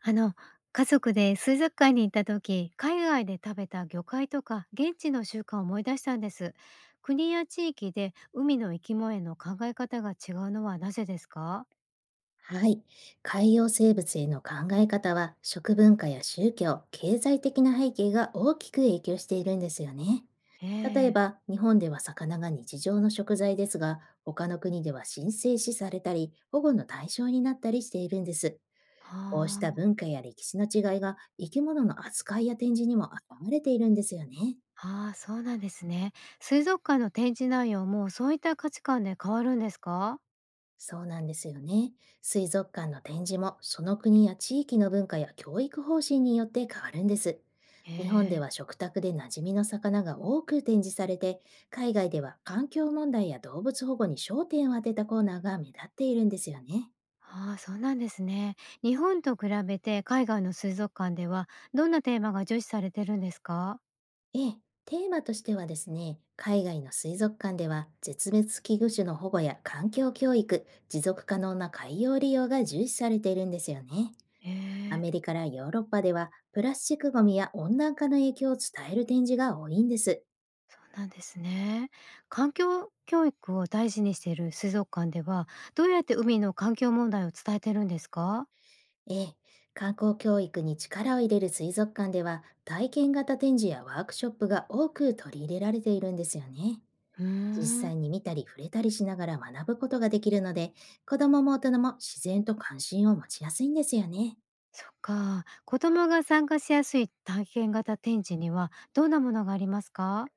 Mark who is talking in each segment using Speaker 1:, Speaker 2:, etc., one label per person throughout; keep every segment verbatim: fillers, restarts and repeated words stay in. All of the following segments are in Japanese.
Speaker 1: あの、家族で水族館に行った時、海外で食べた魚介とか現地の習慣を思い出したんです。国や地域で海の生き物への考え方が違うのはなぜですか？
Speaker 2: はい。海洋生物への考え方は、食文化や宗教、経済的な背景が大きく影響しているんですよね。例え
Speaker 1: ええ。
Speaker 2: ば、日本では魚が日常の食材ですが、他の国では神聖視されたり、保護の対象になったりしているんです。こうした
Speaker 1: は
Speaker 2: 文化や歴史の違いが生き物の扱いや展示にも現れているんですよね。
Speaker 1: あ、あーそうなんですね。水族館の展示内容もそういった価値観で変わるんですか？
Speaker 2: そうなんですよね。水族館の展示も、その国や地域の文化や教育方針によって変わるんです。日本では
Speaker 1: ええ。
Speaker 2: 食卓で馴染みの魚が多く展示されて、海外では環境問題や動物保護に焦点を当てたコーナーが目立っているんですよね。
Speaker 1: ああ、そうなんですね。日本と比べて海外の水族館ではどんなテーマが重視されてるんですか？
Speaker 2: ええ、テーマとしてはですね、海外の水族館では絶滅危惧種の保護や環境教育、持続可能な海洋利用が重視されているんですよね。
Speaker 1: え
Speaker 2: ア
Speaker 1: え。
Speaker 2: メリカやヨーロッパでは、プラスチックごみや温暖化の影響を伝える展示が多いんです。
Speaker 1: そうなんですね。環境教育を大事にしている水族館では、どうやって海の環境問題を伝えてるんですか？
Speaker 2: ええ、観光教育に力を入れる水族館では、体験型展示やワークショップが多く取り入れられているんですよね。
Speaker 1: うー
Speaker 2: 実
Speaker 1: ん。
Speaker 2: 際に見たり触れたりしながら学ぶことができるので、子供も大人も自然と関心を持ちやすいんですよね。
Speaker 1: そっか。子供が参加しやすい体験型展示には、どんなものがありますか？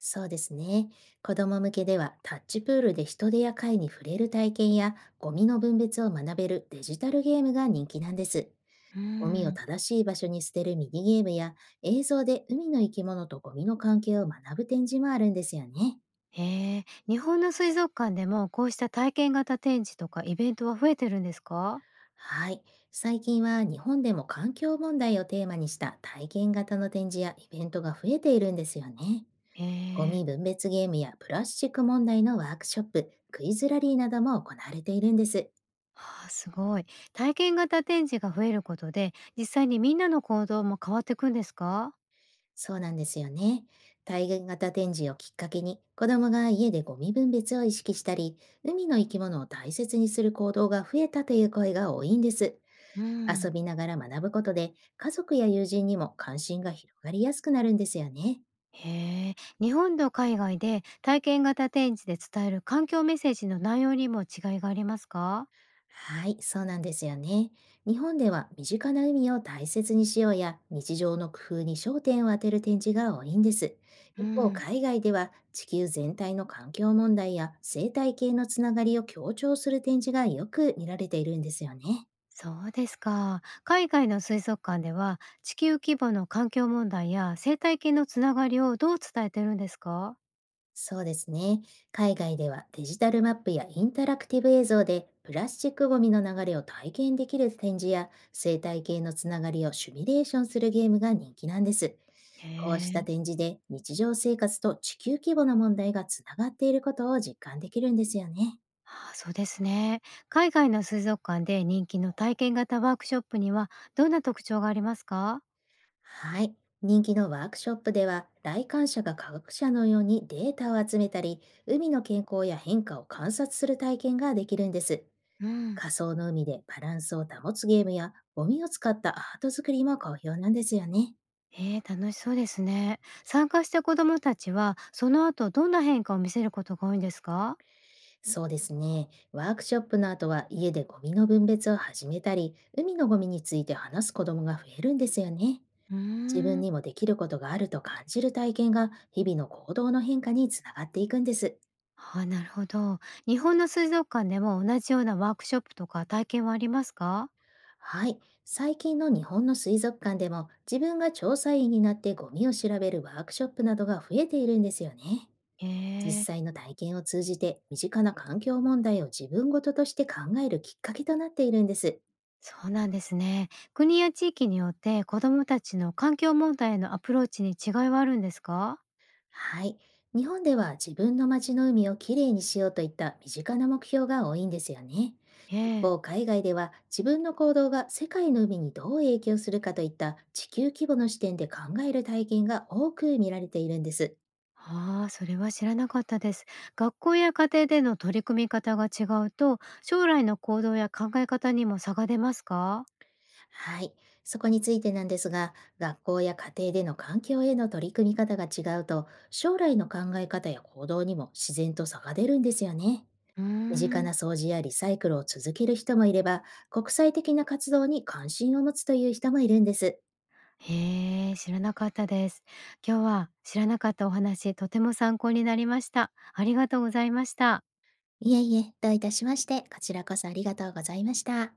Speaker 2: そうですね。子供向けでは、タッチプールで人手や貝に触れる体験や、ゴミの分別を学べるデジタルゲームが人気なんです。
Speaker 1: うー
Speaker 2: ゴミを
Speaker 1: ん。
Speaker 2: 正しい場所に捨てるミニゲームや、映像で海の生き物とゴミの関係を学ぶ展示もあるんですよね。
Speaker 1: へえ、日本の水族館でもこうした体験型展示とかイベントは増えてるんですか？
Speaker 2: はい。最近は日本でも、環境問題をテーマにした体験型の展示やイベントが増えているんですよね。
Speaker 1: へ
Speaker 2: ゴ
Speaker 1: え。
Speaker 2: ミ分別ゲームやプラスチック問題のワークショップ、クイズラリーなども行われているんです。
Speaker 1: ああ、すごい。体験型展示が増えることで、実際にみんなの行動も変わってくんですか？
Speaker 2: そうなんですよね。体験型展示をきっかけに、子供が家でゴミ分別を意識したり、海の生き物を大切にする行動が増えたという声が多いんです。
Speaker 1: う
Speaker 2: 遊
Speaker 1: ん。
Speaker 2: びながら学ぶことで、家族や友人にも関心が広がりやすくなるんですよね。
Speaker 1: へえ、日本と海外で体験型展示で伝える環境メッセージの内容にも違いがありますか？
Speaker 2: はい、そうなんですよね。日本では、身近な海を大切にしようや日常の工夫に焦点を当てる展示が多いんです。
Speaker 1: う
Speaker 2: 一方、
Speaker 1: ん。
Speaker 2: 海外では、地球全体の環境問題や生態系のつながりを強調する展示がよく見られているんですよね。
Speaker 1: そうですか。海外の水族館では地球規模の環境問題や生態系のつながりをどう伝えてるんですか？
Speaker 2: そうですね。海外では、デジタルマップやインタラクティブ映像でプラスチックごみの流れを体験できる展示や、生態系のつながりをシミュレーションするゲームが人気なんです。
Speaker 1: へ
Speaker 2: こうした
Speaker 1: え。
Speaker 2: 展示で、日常生活と地球規模の問題がつながっていることを実感できるんですよね。
Speaker 1: ああ、そうですね。海外の水族館で人気の体験型ワークショップにはどんな特徴がありますか？
Speaker 2: はい。人気のワークショップでは、来館者が科学者のようにデータを集めたり、海の健康や変化を観察する体験ができるんです。
Speaker 1: うん。
Speaker 2: 仮想の海でバランスを保つゲームや、ゴミを使ったアート作りも好評なんですよね。
Speaker 1: えー、楽しそうですね。参加した子どもたちは、その後どんな変化を見せることが多いんですか？
Speaker 2: そうですね。ワークショップの後は、家でゴミの分別を始めたり、海のゴミについて話す子供が増えるんですよね。
Speaker 1: うー
Speaker 2: 自分
Speaker 1: ん。
Speaker 2: にもできることがあると感じる体験が、日々の行動の変化につながっていくんです。
Speaker 1: ああ、なるほど。日本の水族館でも同じようなワークショップとか体験はありますか？
Speaker 2: はい。最近の日本の水族館でも、自分が調査員になってゴミを調べるワークショップなどが増えているんですよね。実
Speaker 1: ええ、
Speaker 2: 際の体験を通じて、身近な環境問題を自分ごととして考えるきっかけとなっているんです。
Speaker 1: そうなんですね。国や地域によって子どもたちの環境問題へのアプローチに違いはあるんですか？
Speaker 2: はい。日本では、自分の街の海をきれいにしようといった身近な目標が多いんですよね。
Speaker 1: え
Speaker 2: 一
Speaker 1: え。
Speaker 2: 方、海外では、自分の行動が世界の海にどう影響するかといった地球規模の視点で考える体験が多く見られているんです。
Speaker 1: ああ、それは知らなかったです。学校や家庭での取り組み方が違うと、将来の行動や考え方にも差が出ますか？
Speaker 2: はい。そこについてなんですが、学校や家庭での環境への取り組み方が違うと、将来の考え方や行動にも自然と差が出るんですよね。
Speaker 1: うー
Speaker 2: 身近
Speaker 1: ん。
Speaker 2: な掃除やリサイクルを続ける人もいれば、国際的な活動に関心を持つという人もいるんです。
Speaker 1: へえ、知らなかったです。今日は知らなかったお話、とても参考になりました。ありがとうございました。
Speaker 2: いえいえ、どういたしまして、こちらこそありがとうございました。